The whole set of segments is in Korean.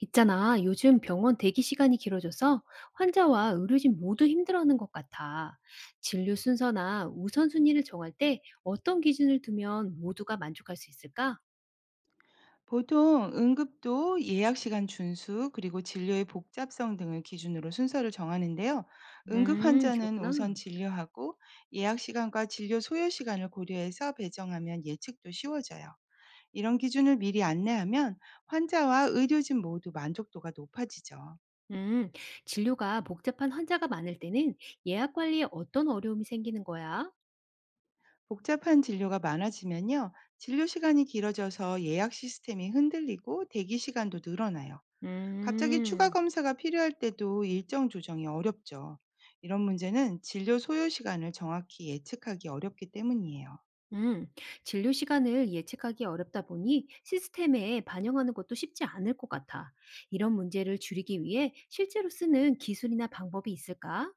있잖아, 요즘 병원 대기 시간이 길어져서 환자와 의료진 모두 힘들어하는 것 같아. 진료 순서나 우선순위를 정할 때 어떤 기준을 두면 모두가 만족할 수 있을까? 보통 응급도, 예약 시간 준수, 그리고 진료의 복잡성 등을 기준으로 순서를 정하는데요. 응급 환자는 우선 그렇구나. 진료하고 예약 시간과 진료 소요 시간을 고려해서 배정하면 예측도 쉬워져요. 이런 기준을 미리 안내하면 환자와 의료진 모두 만족도가 높아지죠. 음, 진료가 복잡한 환자가 많을 때는 예약 관리에 어떤 어려움이 생기는 거야? 복잡한 진료가 많아지면요. 진료 시간이 길어져서 예약 시스템이 흔들리고 대기 시간도 늘어나요. 갑자기 추가 음. 검사가 필요할 때도 일정 조정이 어렵죠. 이런 문제는 진료 소요 시간을 정확히 예측하기 어렵기 때문이에요. 음, 진료 시간을 예측하기 어렵다 보니 시스템에 반영하는 것도 쉽지 않을 것 같아. 이런 문제를 줄이기 위해 실제로 쓰는 기술이나 방법이 있을까?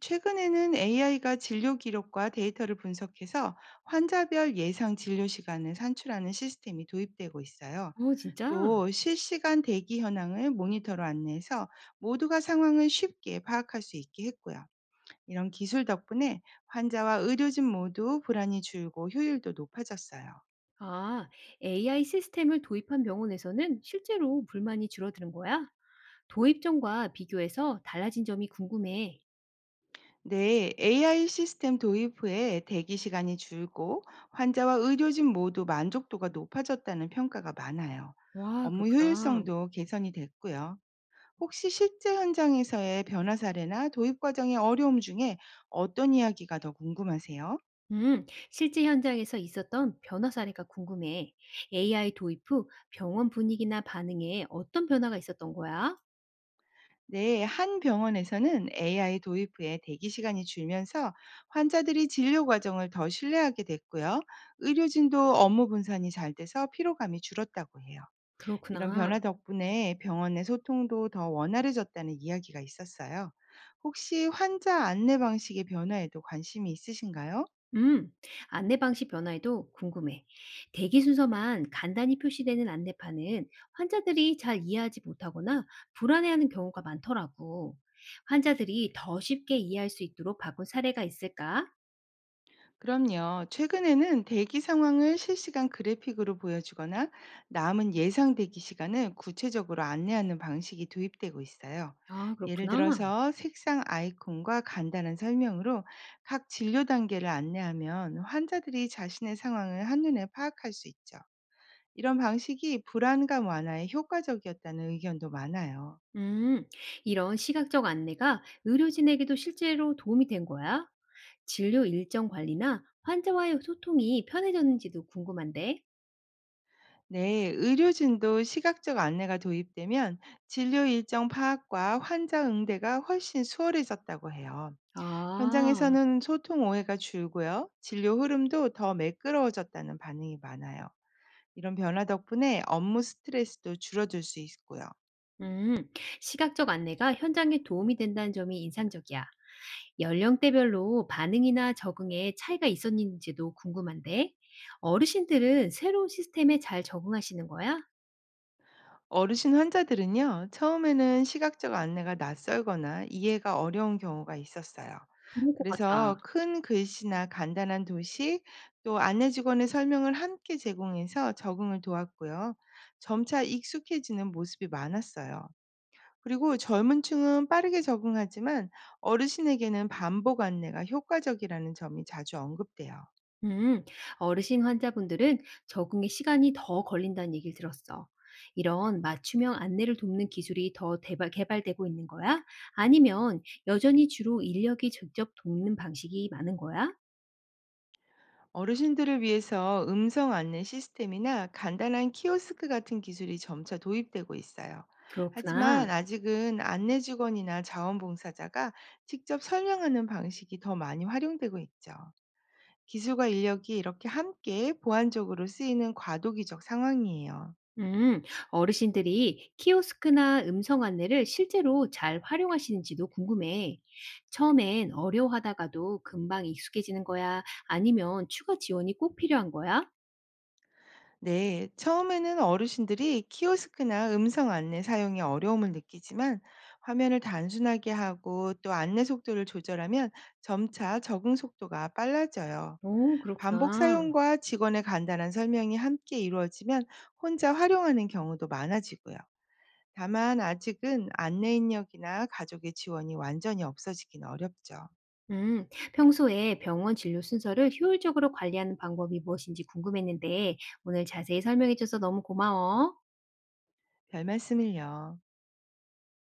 최근에는 AI가 진료 기록과 데이터를 분석해서 환자별 예상 진료 시간을 산출하는 시스템이 도입되고 있어요. 어, 진짜? 또 실시간 대기 현황을 모니터로 안내해서 모두가 상황을 쉽게 파악할 수 있게 했고요. 이런 기술 덕분에 환자와 의료진 모두 불안이 줄고 효율도 높아졌어요. 아, AI 시스템을 도입한 병원에서는 실제로 불만이 줄어드는 거야? 도입 전과 비교해서 달라진 점이 궁금해. 네, AI 시스템 도입 후에 대기 시간이 줄고 환자와 의료진 모두 만족도가 높아졌다는 평가가 많아요. 와, 업무 그렇구나. 효율성도 개선이 됐고요. 혹시 실제 현장에서의 변화 사례나 도입 과정의 어려움 중에 어떤 이야기가 더 궁금하세요? 실제 현장에서 있었던 변화 사례가 궁금해. AI 도입 후 병원 분위기나 반응에 어떤 변화가 있었던 거야? 네, 한 병원에서는 AI 도입 후에 대기 시간이 줄면서 환자들이 진료 과정을 더 신뢰하게 됐고요. 의료진도 업무 분산이 잘 돼서 피로감이 줄었다고 해요. 이런 그렇구나. 변화 덕분에 병원 내 소통도 더 원활해졌다는 이야기가 있었어요. 혹시 환자 안내 방식의 변화에도 관심이 있으신가요? 음, 안내 방식 변화에도 궁금해. 대기 순서만 간단히 표시되는 안내판은 환자들이 잘 이해하지 못하거나 불안해하는 경우가 많더라고. 환자들이 더 쉽게 이해할 수 있도록 바꾼 사례가 있을까? 그럼요. 최근에는 대기 상황을 실시간 그래픽으로 보여주거나 남은 예상 대기 시간을 구체적으로 안내하는 방식이 도입되고 있어요. 아, 예를 그렇구나. 들어서 색상 아이콘과 간단한 설명으로 각 진료 단계를 안내하면 환자들이 자신의 상황을 한눈에 파악할 수 있죠. 이런 방식이 불안감 완화에 효과적이었다는 의견도 많아요. 음, 이런 시각적 안내가 의료진에게도 실제로 도움이 된 거야? 진료 일정 관리나 환자와의 소통이 편해졌는지도 궁금한데? 네, 의료진도 시각적 안내가 도입되면 진료 일정 파악과 환자 응대가 훨씬 수월해졌다고 해요. 아. 현장에서는 소통 오해가 줄고요. 진료 흐름도 더 매끄러워졌다는 반응이 많아요. 이런 변화 덕분에 업무 스트레스도 줄어들 수 있고요. 음, 시각적 안내가 현장에 도움이 된다는 점이 인상적이야. 연령대별로 반응이나 적응에 차이가 있었는지도 궁금한데, 어르신들은 새로운 시스템에 잘 적응하시는 거야? 어르신 환자들은요, 처음에는 시각적 안내가 낯설거나 이해가 어려운 경우가 있었어요. 그럴 것 같아. 그래서 큰 글씨나 간단한 도식, 또 안내 직원의 설명을 함께 제공해서 적응을 도왔고요. 점차 익숙해지는 모습이 많았어요. 그리고 젊은 층은 빠르게 적응하지만 어르신에게는 반복 안내가 효과적이라는 점이 자주 언급돼요. 음, 어르신 환자분들은 적응에 시간이 더 걸린다는 얘기를 들었어. 이런 맞춤형 안내를 돕는 기술이 더 개발되고 있는 거야? 아니면 여전히 주로 인력이 직접 돕는 방식이 많은 거야? 어르신들을 위해서 음성 안내 시스템이나 간단한 키오스크 같은 기술이 점차 도입되고 있어요. 그렇구나. 하지만 아직은 안내 직원이나 자원봉사자가 직접 설명하는 방식이 더 많이 활용되고 있죠. 기술과 인력이 이렇게 함께 보완적으로 쓰이는 과도기적 상황이에요. 음, 어르신들이 키오스크나 음성 안내를 실제로 잘 활용하시는지도 궁금해. 처음엔 어려워하다가도 금방 익숙해지는 거야? 아니면 추가 지원이 꼭 필요한 거야? 네, 처음에는 어르신들이 키오스크나 음성 안내 사용에 어려움을 느끼지만 화면을 단순하게 하고 또 안내 속도를 조절하면 점차 적응 속도가 빨라져요. 오, 반복 그렇구나. 사용과 직원의 간단한 설명이 함께 이루어지면 혼자 활용하는 경우도 많아지고요. 다만 아직은 안내 인력이나 가족의 지원이 완전히 없어지긴 어렵죠. 음, 평소에 병원 진료 순서를 효율적으로 관리하는 방법이 무엇인지 궁금했는데 오늘 자세히 설명해줘서 너무 고마워. 별 말씀을요.